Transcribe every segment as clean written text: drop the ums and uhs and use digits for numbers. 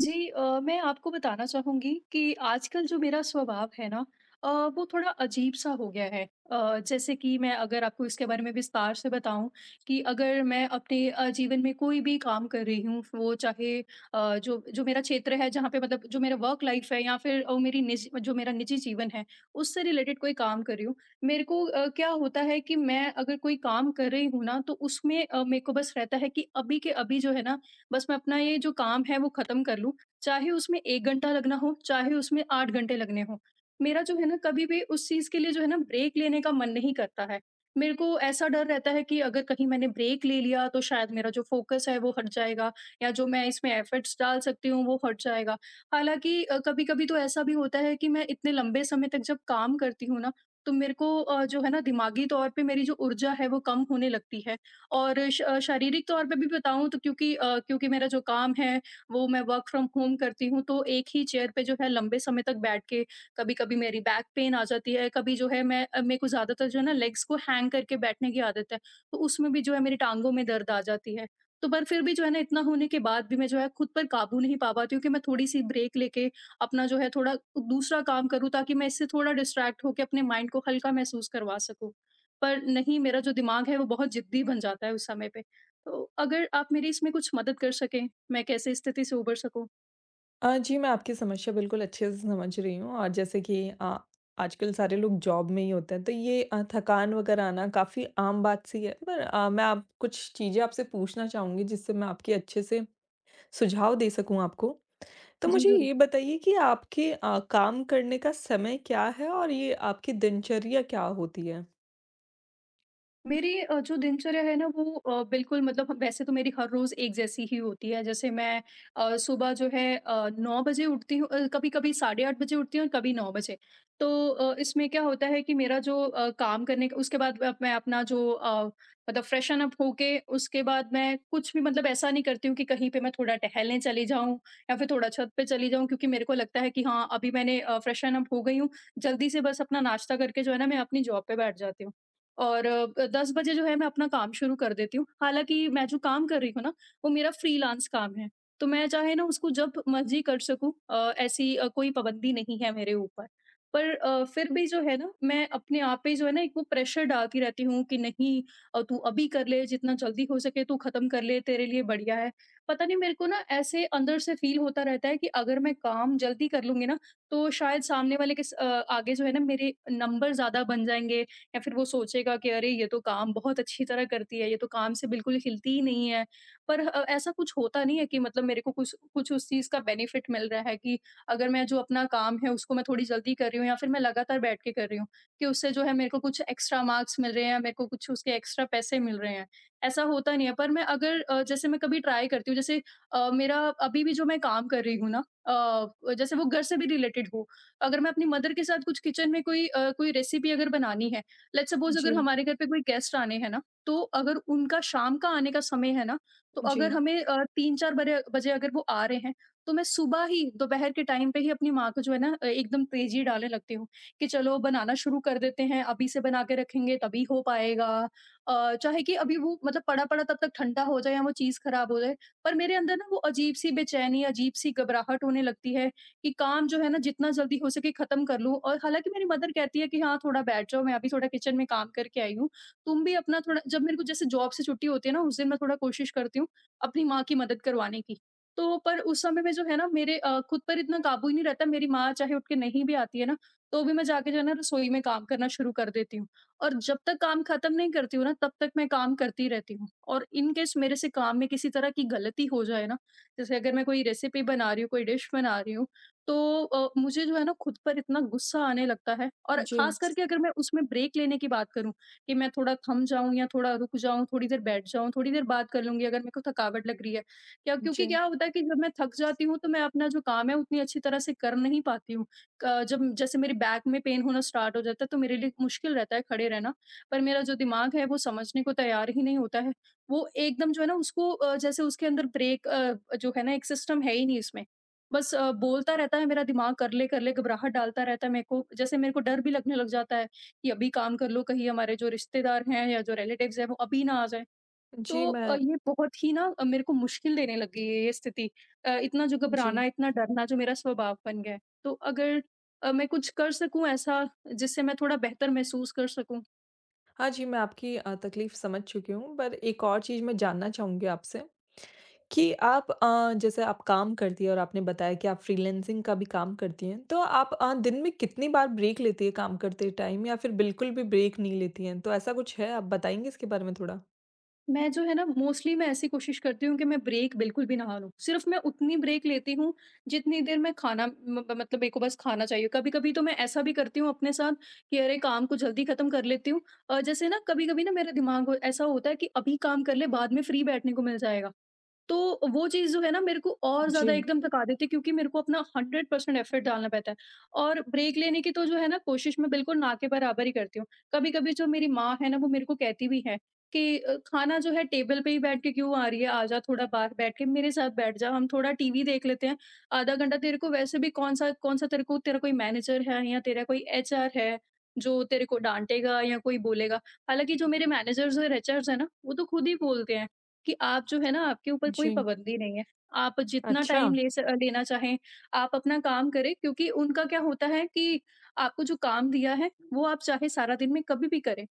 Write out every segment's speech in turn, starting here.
जी। मैं आपको बताना चाहूँगी कि आजकल जो मेरा स्वभाव है ना, अ, वो थोड़ा अजीब-सा हो गया है। जैसे कि मैं अगर आपको इसके बारे में विस्तार से बताऊँ कि अगर मैं अपने जीवन में कोई भी काम कर रही हूँ, वो चाहे जो जो मेरा क्षेत्र है जहाँ पे मतलब जो मेरा वर्क लाइफ़ है या फिर मेरी निज जो मेरा निजी जीवन है, उससे रिलेटेड कोई काम कर रही हूँ। मेरे को क्या होता है कि मैं अगर कोई काम कर रही हूँ ना, तो उसमें मेरे को बस रहता है कि अभी के अभी जो है ना बस मैं अपना ये जो काम है वो ख़त्म कर लूँ, चाहे उसमें 1 घंटा लगना हो, चाहे उसमें 8 घंटे लगने हों। मेरा जो है ना कभी भी उस चीज़ के लिए जो है ना ब्रेक लेने का मन नहीं करता है। मेरे को ऐसा डर रहता है कि अगर कहीं मैंने ब्रेक ले लिया तो शायद मेरा जो फ़ोकस है वो हट जाएगा, या जो मैं इसमें एफ़र्ट्स डाल सकती हूँ वो हट जाएगा। हालाँकि कभी-कभी तो ऐसा भी होता है कि मैं इतने लंबे समय तक जब काम करती हूँ ना, तो मेरे को जो है ना दिमागी तौर पे मेरी जो ऊर्जा है वो कम होने लगती है। और शारीरिक तौर पे भी बताऊँ, तो क्योंकि मेरा जो काम है वो मैं वर्क फ्रॉम होम करती हूँ, तो एक ही चेयर पे जो है लंबे समय तक बैठ के कभी-कभी मेरी बैक पेन आ जाती है। कभी जो है मेरे को ज़्यादातर जो है ना लेग्स को हैंग करके बैठने की आदत है, तो उसमें भी जो है मेरी टाँगों में दर्द आ जाती है। तो पर फिर भी जो है ना इतना होने के बाद भी मैं जो है खुद पर काबू नहीं पा पाती हूँ कि मैं थोड़ी-सी ब्रेक लेके अपना जो है थोड़ा दूसरा काम करूँ, ताकि मैं इससे थोड़ा डिस्ट्रैक्ट होके अपने माइंड को हल्का महसूस करवा सकूँ। पर नहीं, मेरा जो दिमाग है वो बहुत ज़िद्दी बन जाता है उस समय पे। तो अगर आप मेरी इसमें कुछ मदद कर सकें, मैं कैसे इस स्थिति से उबर सकूँ? जी, मैं आपकी समस्या बिल्कुल अच्छे से समझ रही हूँ और जैसे कि आजकल सारे लोग जॉब में ही होते हैं, तो ये थकान वगैरह आना काफ़ी आम बात सी है। पर मैं आप कुछ चीज़ें आपसे पूछना चाहूँगी जिससे मैं आपके अच्छे से सुझाव दे सकूँ आपको। तो जी, मुझे ज़रूर। ये बताइए कि आपके काम करने का समय क्या है और ये आपकी दिनचर्या क्या होती है? मेरी जो दिनचर्या है ना वो बिल्कुल मतलब वैसे तो मेरी हर रोज़ एक जैसी ही होती है। जैसे मैं सुबह जो है 9 बजे उठती हूँ, कभी-कभी साढ़े 8 बजे उठती हूँ और कभी 9 बजे। तो इसमें क्या होता है कि मेरा जो काम करने का उसके बाद मैं अपना जो मतलब फ्रेशन अप होके उसके बाद मैं कुछ भी मतलब ऐसा नहीं करती हूँ कि कहीं पे मैं थोड़ा टहलने चली जाऊँ या फिर थोड़ा छत पे चली जाऊँ, क्योंकि मेरे को लगता है कि हाँ, अभी मैंने फ्रेशन अप हो गई हूँ, जल्दी से बस अपना नाश्ता करके जो है ना मैं अपनी जॉब पे बैठ जाती हूँ। और 10 बजे जो है मैं अपना काम शुरू कर देती हूँ। हालाँकि मैं जो काम कर रही हूँ ना, वो मेरा फ्रीलांस काम है। तो मैं चाहे ना उसको जब मर्ज़ी कर सकूँ, ऐसी कोई पाबंदी नहीं है मेरे ऊपर। पर फिर भी जो है ना मैं अपने आप पे जो है ना एक वो प्रेशर डालती रहती हूँ कि नहीं तू अभी कर ले, जितना जल्दी हो सके तू ख़त्म कर ले, तेरे लिए बढ़िया है। पता नहीं मेरे को ना ऐसे अंदर से फ़ील होता रहता है कि अगर मैं काम जल्दी कर लूँगी ना, तो शायद सामने वाले के आगे जो है ना मेरे नंबर ज़्यादा बन जाएँगे, या फिर वो सोचेगा कि अरे ये तो काम बहुत अच्छी तरह करती है, ये तो काम से बिल्कुल हिलती ही नहीं है। पर ऐसा कुछ होता नहीं है कि मतलब मेरे को कुछ कुछ उस चीज़ का बेनिफिट मिल रहा है कि अगर मैं जो अपना काम है उसको मैं थोड़ी जल्दी कर रही हूँ या फिर मैं लगातार बैठ के कर रही हूँ, कि उससे जो है मेरे को कुछ एक्स्ट्रा मार्क्स मिल रहे हैं या मेरे को कुछ उसके एक्स्ट्रा पैसे मिल रहे हैं। ऐसा होता नहीं है, पर मैं अगर जैसे मैं कभी ट्राई करती हूँ, जैसे मेरा अभी भी जो मैं काम कर रही हूँ ना, जैसे वो घर से भी रिलेटेड हो, अगर मैं अपनी मदर के साथ कुछ किचन में कोई कोई रेसिपी अगर बनानी है, लेट्स सपोज अगर जी, हमारे घर पे कोई गेस्ट आने हैं ना, तो अगर उनका शाम का आने का समय है ना, तो अगर जी, हमें 3-4 बरे बजे बजे अगर वो आ रहे हैं, तो मैं सुबह ही दोपहर के टाइम पे ही अपनी माँ को जो है ना एकदम तेज़ी डालने लगती हूँ, कि चलो बनाना शुरू कर देते हैं, अभी से बना के रखेंगे तभी हो पाएगा। चाहे कि अभी वो मतलब पड़ा-पड़ा तब तक ठंडा हो जाए या वो चीज़ खराब हो जाए, पर मेरे अंदर ना वो अजीब-सी बेचैनी, अजीब-सी घबराहट होने लगती है कि काम जो है ना जितना जल्दी हो सके खत्म कर लूँ। और हालाँकि मेरी मदर कहती है कि हाँ, थोड़ा बैठ जाओ, मैं अभी थोड़ा किचन में काम करके आई हूँ। तुम भी अपना थोड़ा जब मेरे को जैसे जॉब से छुट्टी होती है ना उस दिन मैं थोड़ा कोशिश करती हूँ अपनी माँ की मदद करवाने की। तो पर उस समय में जो है ना मेरे खुद पर इतना काबू ही नहीं रहता, मेरी माँ चाहे उठ के नहीं भी आती है ना, तो भी मैं जाके जो है ना रसोई में काम करना शुरू कर देती हूँ। और जब तक काम खत्म नहीं करती हूँ ना, तब तक मैं काम करती रहती हूँ। और इन केस मेरे से काम में किसी तरह की गलती हो जाए ना, जैसे अगर मैं कोई रेसिपी बना रही हूँ, कोई डिश बना रही हूँ, तो मुझे जो है ना खुद पर इतना गुस्सा आने लगता है, और जी, खास करके अगर मैं उसमें ब्रेक लेने की बात करूँ कि मैं थोड़ा थम जाऊँ या थोड़ा रुक जाऊँ, थोड़ी देर बैठ जाऊँ, थोड़ी देर बात कर लूँगी अगर मेरे को थकावट लग रही है। क्या जी, क्योंकि क्या होता है कि जब मैं थक जाती हूँ तो मैं अपना जो काम है उतनी अच्छी तरह से कर नहीं पाती हूँ। क जब जैसे मेरे बैक में पेन होना स्टार्ट हो जाता है, तो मेरे लिए मुश्किल रहता है खड़े रहना। पर मेरा जो दिमाग है वो समझने को तैयार ही नहीं होता है। वो एकदम जो है ना उसको जैसे उसके अंदर ब्रेक जो है ना एक सिस्टम है ही नहीं इसमें। बस बोलता रहता है मेरा दिमाग, कर ले कर ले, घबराहट डालता रहता है मेरे को, जैसे मेरे को डर भी लगने लग जाता है कि अभी काम कर लो, कहीं हमारे जो रिश्तेदार हैं या जो रिलेटिव्स हैं वो अभी ना आ जाए। तो जी, मैं ये बहुत ही ना मेरे को मुश्किल देने लग गई है ये स्थिति, इतना जो जी। घबराना इतना डरना जो मेरा स्वभाव बन गया है। तो अगर मैं कुछ कर सकूं ऐसा जिससे मैं थोड़ा बेहतर महसूस कर सकूं। हाँ जी, मैं आपकी तकलीफ़ समझ चुकी हूँ, पर एक और चीज़ मैं जानना चाहूँगी आपसे कि आप जैसे आप काम करती हैं और आपने बताया कि आप फ्रीलांसिंग का भी काम करती हैं, तो आप दिन में कितनी बार ब्रेक लेती हैं काम करते टाइम या फिर बिल्कुल भी ब्रेक नहीं लेती हैं? तो ऐसा कुछ है? आप बताएँगी इसके बारे में थोड़ा? मैं जो है ना मोस्टली मैं ऐसी कोशिश करती हूँ कि मैं ब्रेक बिल्कुल भी ना लूँ। सिर्फ़ मैं उतनी ब्रेक लेती हूँ जितनी देर मैं खाना म म- मतलब मेरे को बस खाना चाहिए। कभी-कभी तो मैं ऐसा भी करती हूँ अपने साथ कि अरे, काम को जल्दी ख़त्म कर लेती हूँ। जैसे ना कभी-कभी ना मेरा दिमाग ऐसा होता है कि अभी काम कर ले, बाद में फ्री बैठने को मिल जाएगा। तो वो चीज़ जो है ना मेरे को और ज़्यादा जी, एकदम थका देती है, क्योंकि मेरे को अपना 100% एफ़र्ट डालना पड़ता है। और ब्रेक लेने की तो जो है ना कोशिश मैं बिल्कुल ना के बराबर ही करती हूँ। कभी-कभी जो मेरी माँ है ना वो मेरे को कहती भी है कि "खाना जो है टेबल पे ही बैठ के क्यों आ रही है? आ जा थोड़ा बाहर बैठ के मेरे साथ बैठ जा, हम थोड़ा टीवी देख लेते हैं। आधा घंटा तेरे को, वैसे भी कौन-सा कौन-सा तेरे को, तेरा कोई मैनेजर है या तेरा कोई एचआर है जो तेरे को डाँटेगा या कोई बोलेगा।" हालाँकि जो मेरे मैनेजर्स और एचआर्स हैं ना, वो तो खुद ही बोलते हैं, कि आप जो है ना, आपके ऊपर कोई जी। पाबंदी नहीं है। आप जितना अच्छा, टाइम ले स लेना चाहें, आप अपना काम करें, क्योंकि उनका क्या होता है कि आपको जो काम दिया है, वो आप चाहे सारा दिन में कभी भी करें।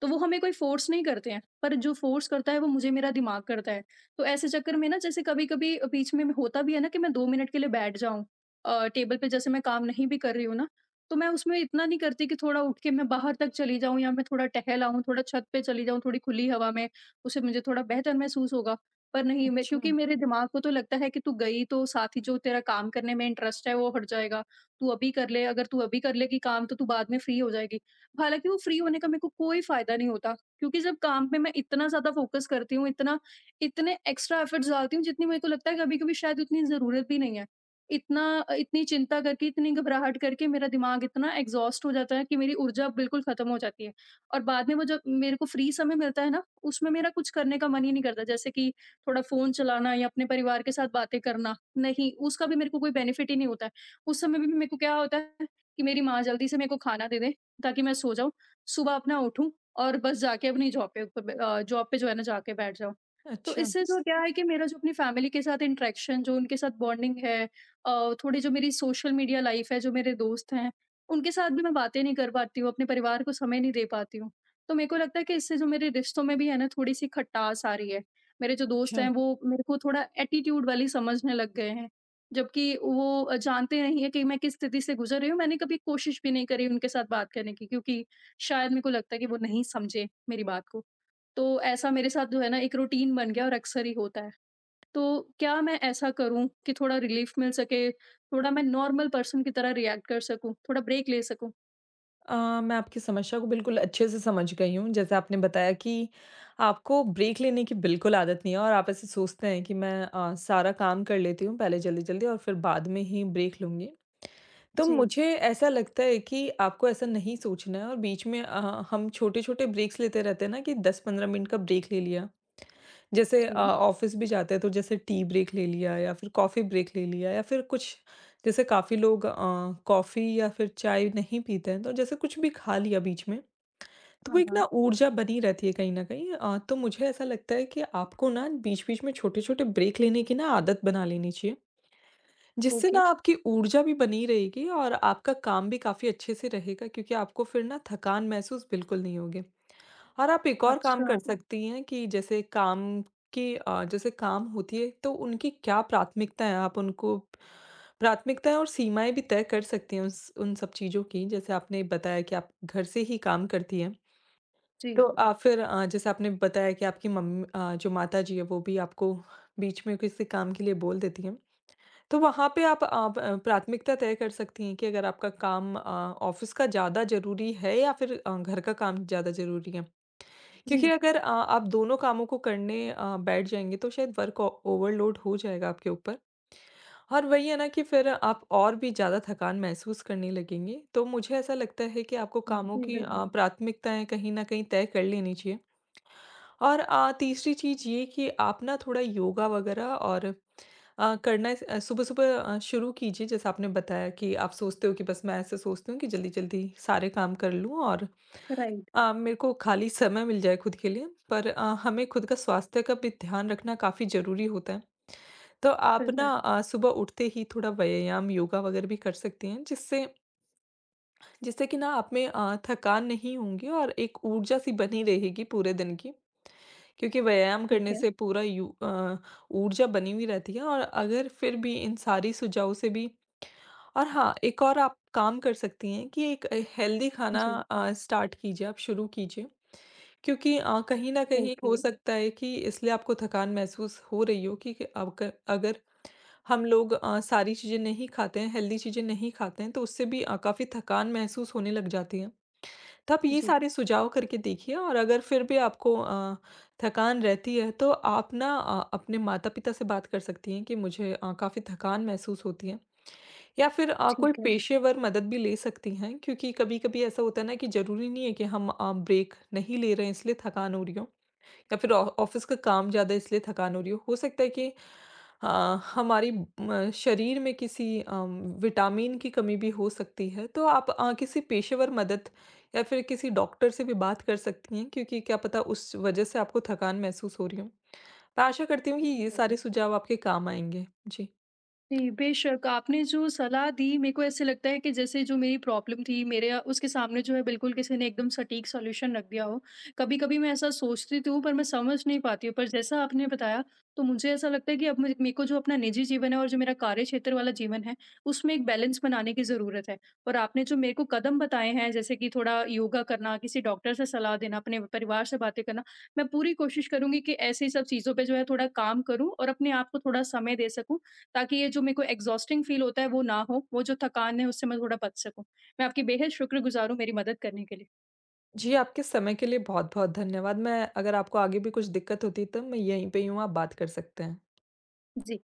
तो वो हमें कोई फ़ोर्स नहीं करते हैं, पर जो फ़ोर्स करता है वो मुझे मेरा दिमाग करता है। तो ऐसे चक्कर में ना, जैसे कभी-कभी बीच में होता भी है ना, कि मैं 2 मिनट के लिए बैठ जाऊँ टेबल पे, जैसे मैं काम नहीं भी कर रही हूँ ना, तो मैं उसमें इतना नहीं करती कि थोड़ा उठ के मैं बाहर तक चली जाऊँ या मैं थोड़ा टहल आऊँ, थोड़ा छत पे चली जाऊँ, थोड़ी खुली हवा में, उससे मुझे थोड़ा बेहतर महसूस होगा। पर नहीं, मैं अच्छा, क्योंकि मेरे दिमाग को तो लगता है कि तू गई तो साथ ही जो तेरा काम करने में इंटरेस्ट है वो हट जाएगा। तू अभी कर ले, अगर तू अभी कर लेगी काम तो तू बाद में फ्री हो जाएगी। हालाँकि वो फ्री होने का मेरे को कोई फ़ायदा नहीं होता, क्योंकि जब काम पे मैं इतना ज़्यादा फ़ोकस करती हूँ, इतना इतने एक्स्ट्रा एफ़र्ट्स डालती हूँ, जितनी मेरे को लगता है कभी-कभी शायद उतनी ज़रूरत भी नहीं है। इतनी चिंता करके, इतनी घबराहट करके, मेरा दिमाग इतना एग्ज़ॉस्ट हो जाता है कि मेरी ऊर्जा बिल्कुल ख़त्म हो जाती है, और बाद में वो जब मेरे को फ्री समय मिलता है ना, उसमें मेरा कुछ करने का मन ही नहीं करता, जैसे कि थोड़ा फ़ोन चलाना या अपने परिवार के साथ बातें करना। नहीं, उसका भी मेरे को कोई बेनिफ़िट ही नहीं होता है। उस समय भी मेरे को क्या होता है, कि मेरी माँ जल्दी से मेरे को खाना दे दे, ताकि मैं सो जाऊँ, सुबह अपना उठूँ और बस जाके अपनी जॉब पे जो है ना जाके बैठ जाऊँ। तो अच्छा, इससे तो क्या है कि मेरा जो अपनी फैमिली के साथ इंटरेक्शन, जो उनके साथ बॉन्डिंग है, थोड़ी जो मेरी सोशल मीडिया लाइफ़ है, जो मेरे दोस्त हैं, उनके साथ भी मैं बातें नहीं कर पाती हूँ, अपने परिवार को समय नहीं दे पाती हूँ। तो मेरे को लगता है कि इससे जो मेरे रिश्तों में भी है ना थोड़ी-सी खटास आ रही है। मेरे जो दोस्त अच्छा। हैं वो मेरे को थोड़ा एटीट्यूड वाली समझने लग गए हैं। जबकि वो जानते नहीं है कि मैं किस स्थिति से गुज़र रही हूँ, मैंने कभी कोशिश भी नहीं करी उनके साथ बात करने की, क्योंकि शायद मेरे को लगता है कि वो नहीं समझे मेरी बात को। तो ऐसा मेरे साथ जो है ना, एक रूटीन बन गया और अक्सर ही होता है। तो क्या मैं ऐसा करूँ कि थोड़ा रिलीफ़ मिल सके, थोड़ा मैं नॉर्मल पर्सन की तरह रिएक्ट कर सकूँ, थोड़ा ब्रेक ले सकूँ? मैं आपकी समस्या को बिल्कुल अच्छे से समझ गई हूँ। जैसे आपने बताया कि आपको ब्रेक लेने की बिल्कुल आदत नहीं है और आप ऐसे सोचते हैं कि मैं सारा काम कर लेती हूँ पहले जल्दी-जल्दी और फिर बाद में ही ब्रेक लूँगी। तो जी। मुझे ऐसा लगता है कि आपको ऐसा नहीं सोचना है और बीच में हम छोटे-छोटे ब्रेक्स लेते रहते हैं ना कि 10-15 मिनट का ब्रेक ले लिया जैसे जी। ऑफ़िस भी जाते हैं तो जैसे टी ब्रेक ले लिया या फिर कॉफ़ी ब्रेक ले लिया या फिर कुछ जैसे काफ़ी लोग कॉफ़ी या फिर चाय नहीं पीते हैं तो जैसे कुछ भी खा लिया बीच में, तो वो हाँ, एक हाँ। ना ऊर्जा बनी रहती है कहीं न कहीं तो मुझे ऐसा लगता है कि आपको ना बीच-बीच में छोटे-छोटे ब्रेक लेने की ना आदत बना लेनी चाहिए, जिससे ओके। ना आपकी ऊर्जा भी बनी रहेगी और आपका काम भी काफ़ी अच्छे से रहेगा क्योंकि आपको फिर ना थकान महसूस बिल्कुल नहीं होगी। और आप एक और काम अच्छा। कर सकती हैं कि जैसे काम की जैसे काम होती है तो उनकी क्या प्राथमिकता है आप उनको प्राथमिकताएं और सीमाएं भी तय कर सकती हैं उस उन सब चीज़ों की जैसे आपने बताया कि आप घर से ही काम करती हैं तो जी, आप फिर जैसे आपने बताया कि आपकी मम्मी जो माता जी है वो भी आपको बीच में किसी काम के लिए बोल देती हैं तो वहाँ पे आप प्राथमिकता तय कर सकती हैं कि अगर आपका काम ऑफिस का ज़्यादा ज़रूरी है या फिर घर का काम ज़्यादा ज़रूरी है क्योंकि जी। अगर आप दोनों कामों को करने बैठ जाएँगे तो शायद वर्क ओ ओवरलोड हो जाएगा आपके ऊपर। और वही है ना कि फिर आप और भी ज़्यादा थकान महसूस करने लगेंगे। तो मुझे ऐसा लगता है कि आपको हुँ, कामों जी, की बिल्कुल। प्राथमिकताएँ कहीं न कहीं तय कर लेनी चाहिए। और तीसरी चीज़ ये कि आप ना थोड़ा योगा वगैरह और करना सुबह-सुबह शुरू कीजिए जैसा आपने बताया कि आप सोचते हो कि बस मैं ऐसे सोचती हूँ कि जल्दी-जल्दी सारे काम कर लूँ और राइट, मेरे को खाली समय मिल जाए खुद के लिए, पर हमें खुद का स्वास्थ्य का भी ध्यान रखना काफ़ी ज़रूरी होता है। तो आप ना बिल्कुल। सुबह उठते ही थोड़ा व्यायाम, योगा वगैरह भी कर सकती हैं, जिससे जिससे कि ना आप में थकान नहीं होंगी और एक ऊर्जा सी बनी रहेगी पूरे दिन की। क्योंकि व्यायाम ठीक करने है। से पूरा ऊर्जा बनी हुई रहती है और अगर फिर भी इन सारी सुझावों से भी और हाँ, एक और आप काम कर सकती हैं कि एक हेल्दी खाना जी, स्टार्ट कीजिए, आप शुरू कीजिए। क्योंकि कहीं न कहीं ओके। हो सकता है कि इसलिए आपको थकान महसूस हो रही हो कि आपका अगर हम लोग सारी चीज़ें नहीं खाते हैं, हेल्दी चीज़ें नहीं खाते हैं, तो उससे भी काफ़ी थकान महसूस होने लग जाती है। तो आप ये जी, सारे सुझाव करके देखिए और अगर फिर भी आपको थकान रहती है तो आप ना अपने माता-पिता से बात कर सकती हैं कि मुझे काफ़ी थकान महसूस होती है या फिर कोई ठीक है। पेशेवर मदद भी ले सकती हैं क्योंकि कभी-कभी ऐसा होता है ना कि ज़रूरी नहीं है कि हम ब्रेक नहीं ले रहे हैं इसलिए थकान हो रही हो। या फिर ऑ ऑफ़िस का काम ज़्यादा इसलिए थकान हो रही हो। हो सकता है कि अ, हमारी म शरीर में किसी विटामिन की कमी भी हो सकती है। तो आप किसी पेशेवर मदद या फिर किसी डॉक्टर से भी बात कर सकती हैं क्योंकि क्या पता उस वज़ह से आपको थकान महसूस हो रही हो। मैं आशा करती हूँ कि ये सारे सुझाव आपके काम आएँगे। जी। जी, बेशक, आपने जो सलाह दी, मेरे को ऐसे लगता है कि जैसे जो मेरी प्रॉब्लम थी, उसके सामने जो है, बिल्कुल किसी ने एकदम सटीक सॉल्यूशन रख दिया हो। कभी-कभी मैं ऐसा सोचती तो हूँ, पर मैं समझ नहीं पाती हूँ। पर जैसा आपने बताया, तो मुझे ऐसा लगता है कि अब मुझे मेरे को जो अपना निजी जीवन है और जो मेरा कार्य क्षेत्र वाला जीवन है, उसमें एक बैलेंस बनाने की ज़रूरत है। और आपने जो मेरे को कदम बताए हैं, जैसे कि थोड़ा योगा करना, किसी डॉक्टर से सलाह देना, अपने परिवार से बातें करना, मैं पूरी कोशिश करूँगी कि ऐसी सब चीज़ों पे जो है थोड़ा काम करूँ और अपने आप को थोड़ा समय दे सकूँ। ताकि ये जो मेरे को एग्ज़ॉस्टिंग फ़ील होता है वो ना हो, वो जो थकान है उससे मैं थोड़ा बच सकूँ। मैं आपकी बेहद शुक्रगुज़ार हूँ मेरी मदद करने के लिए। जी, आपके समय के लिए बहुत-बहुत धन्यवाद। मैं अगर आपको आगे भी कुछ दिक्कत होती है, तो मैं यहीं पे ही हूँ, आप बात कर सकते हैं। जी।